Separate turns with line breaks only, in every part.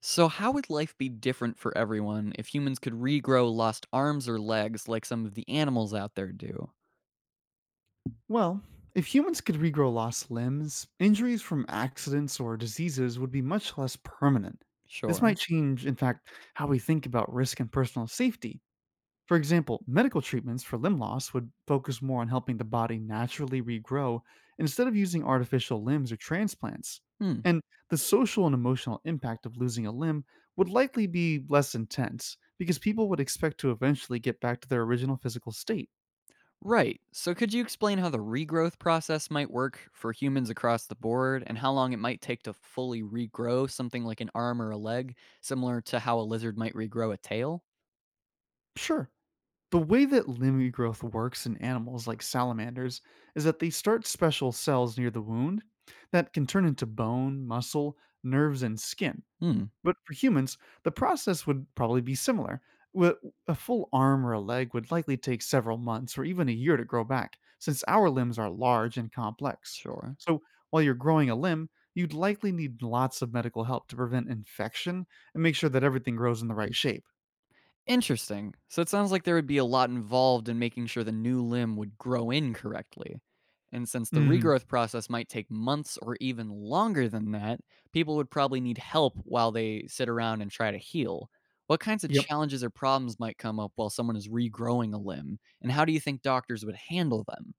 So, how would life be different for everyone if humans could regrow lost arms or legs like some of the animals out there do?
Well, if humans could regrow lost limbs, injuries from accidents or diseases would be much less permanent. This
Sure.
might change, in fact, how we think about risk and personal safety. For example, medical treatments for limb loss would focus more on helping the body naturally regrow instead of using artificial limbs or transplants.
Hmm.
And the social and emotional impact of losing a limb would likely be less intense because people would expect to eventually get back to their original physical state.
Right. So, could you explain how the regrowth process might work for humans across the board and how long it might take to fully regrow something like an arm or a leg, similar to how a lizard might regrow a tail?
Sure, the way that limb growth works in animals like salamanders is that they start special cells near the wound that can turn into bone, muscle, nerves, and skin.
Hmm.
But for humans, the process would probably be similar. Wh- A full arm or a leg would likely take several months or even a year to grow back, since our limbs are large and complex.
Sure.
So while you're growing a limb, you'd likely need lots of medical help to prevent infection and make sure that everything grows in the right shape.
Interesting. So it sounds like there would be a lot involved in making sure the new limb would grow in correctly. And since the
hmm
regrowth process might take months or even longer than that, people would probably need help while they sit around and try to heal. What kinds of
Yep.
challenges or problems might come up while someone is regrowing a limb? And how do you think doctors would handle them?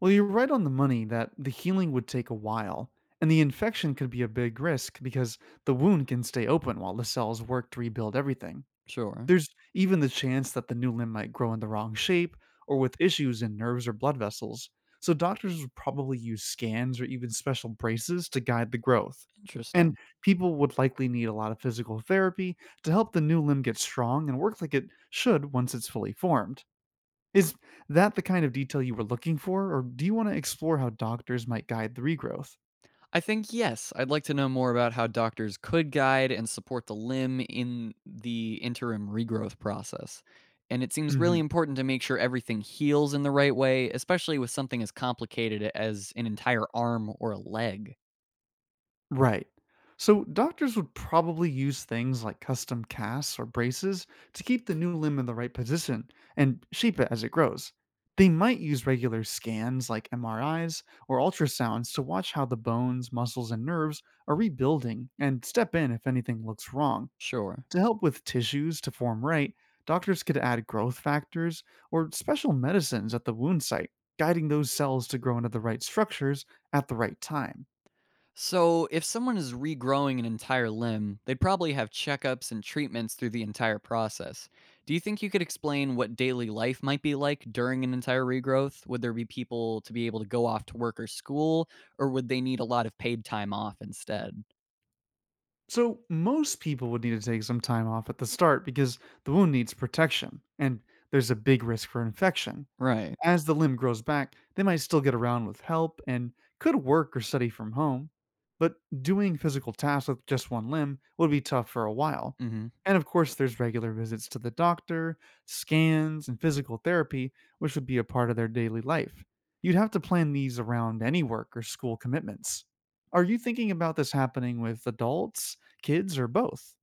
Well, you're right on the money that the healing would take a while, and the infection could be a big risk because the wound can stay open while the cells work to rebuild everything.
Sure.
There's even the chance that the new limb might grow in the wrong shape or with issues in nerves or blood vessels, so doctors would probably use scans or even special braces to guide the growth. And
Interesting.
people would likely need a lot of physical therapy to help the new limb get strong and work like it should once it's fully formed. Is that the kind of detail you were looking for, or do you want to explore how doctors might guide the regrowth?
I think yes. I'd like to know more about how doctors could guide and support the limb in the interim regrowth process. And it seems really
hmm
important to make sure everything heals in the right way, especially with something as complicated as an entire arm or a leg.
Right. So, doctors would probably use things like custom casts or braces to keep the new limb in the right position and shape it as it grows. They might use regular scans like MRIs or ultrasounds to watch how the bones, muscles, and nerves are rebuilding and step in if anything looks wrong.
Sure.
To help with tissues to form right, doctors could add growth factors or special medicines at the wound site, guiding those cells to grow into the right structures at the right time.
So, if someone is regrowing an entire limb, they'd probably have checkups and treatments through the entire process. Do you think you could explain what daily life might be like during an entire regrowth? Would there be people to be able to go off to work or school, or would they need a lot of paid time off instead?
So, most people would need to take some time off at the start because the wound needs protection and there's a big risk for infection.
Right.
As the limb grows back, they might still get around with help and could work or study from home, but doing physical tasks with just one limb would be tough for a while.
hmm
And of course, there's regular visits to the doctor, scans, and physical therapy, which would be a part of their daily life. You'd have to plan these around any work or school commitments. Are you thinking about this happening with adults, kids, or both?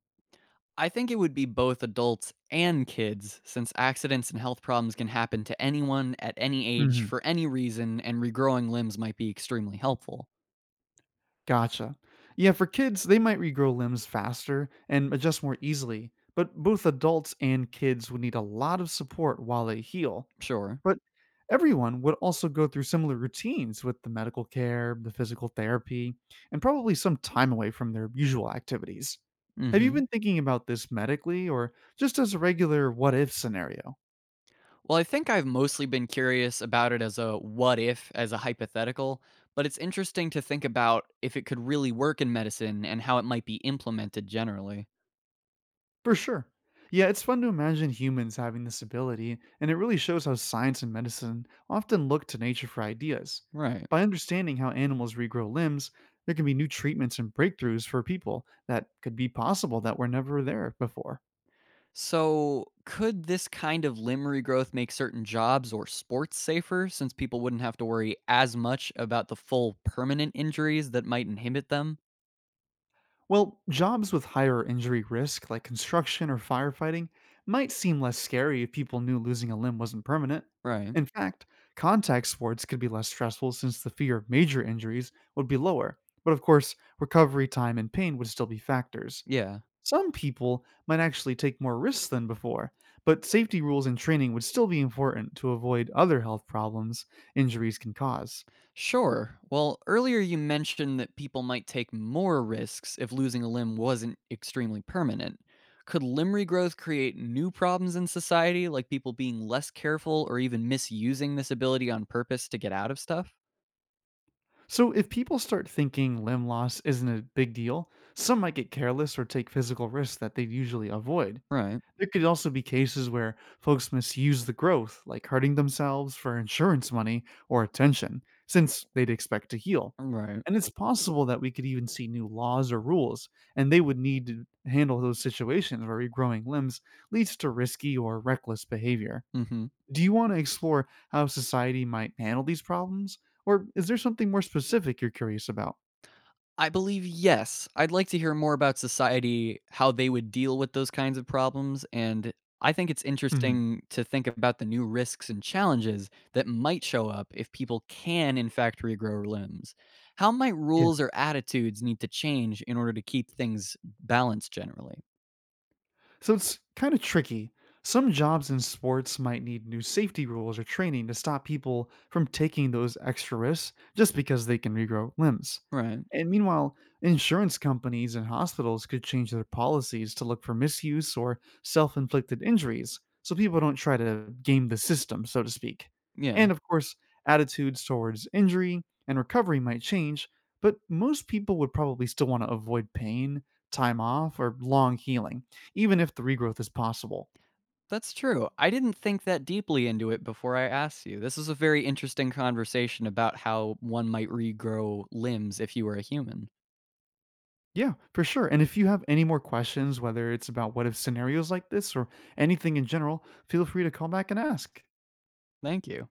I think it would be both adults and kids, since accidents and health problems can happen to anyone at any age for any reason, and regrowing limbs might be extremely helpful.
Gotcha. Yeah, for kids, they might regrow limbs faster and adjust more easily, but both adults and kids would need a lot of support while they heal.
Sure.
But everyone would also go through similar routines with the medical care, the physical therapy, and probably some time away from their usual activities. Have you
Hmm.
been thinking about this medically or just as a regular what if scenario?
Well, I think I've mostly been curious about it as a what if, as a hypothetical, but it's interesting to think about if it could really work in medicine and how it might be implemented generally.
For sure. Yeah, it's fun to imagine humans having this ability, and it really shows how science and medicine often look to nature for ideas.
Right.
By understanding how animals regrow limbs, there can be new treatments and breakthroughs for people that could be possible that were never there before.
So, could this kind of limb regrowth make certain jobs or sports safer since people wouldn't have to worry as much about the full permanent injuries that might inhibit them?
Well, jobs with higher injury risk, like construction or firefighting, might seem less scary if people knew losing a limb wasn't permanent.
Right.
In fact, contact sports could be less stressful since the fear of major injuries would be lower. But of course, recovery time and pain would still be factors.
Yeah.
Some people might actually take more risks than before, but safety rules and training would still be important to avoid other health problems injuries can cause.
Sure. Well, earlier you mentioned that people might take more risks if losing a limb wasn't extremely permanent. Could limb regrowth create new problems in society, like people being less careful or even misusing this ability on purpose to get out of stuff?
So, if people start thinking limb loss isn't a big deal, some might get careless or take physical risks that they'd usually avoid.
Right.
There could also be cases where folks misuse the growth, like hurting themselves for insurance money or attention, since they'd expect to heal.
Right.
And it's possible that we could even see new laws or rules, and they would need to handle those situations where regrowing limbs leads to risky or reckless behavior.
Mm hmm.
Do you want to explore how society might handle these problems, or is there something more specific you're curious about?
I believe yes. I'd like to hear more about society, how they would deal with those kinds of problems, and I think it's
Mhm.
interesting to think about the new risks and challenges that might show up if people can, in fact, regrow limbs. How might rules or attitudes need to change in order to keep things balanced generally?
So it's kind of tricky. Some jobs in sports might need new safety rules or training to stop people from taking those extra risks just because they can regrow limbs.
Right.
And meanwhile, insurance companies and hospitals could change their policies to look for misuse or self inflicted injuries so people don't try to game the system, so to speak.
Yeah.
And of course, attitudes towards injury and recovery might change, but most people would probably still want to avoid pain, time off, or long healing even if the regrowth is possible.
That's true. I didn't think that deeply into it before I asked you. This is a very interesting conversation about how one might regrow limbs if you were a human.
Yeah, for sure. And if you have any more questions, whether it's about what if scenarios like this or anything in general, feel free to call back and ask.
Thank you.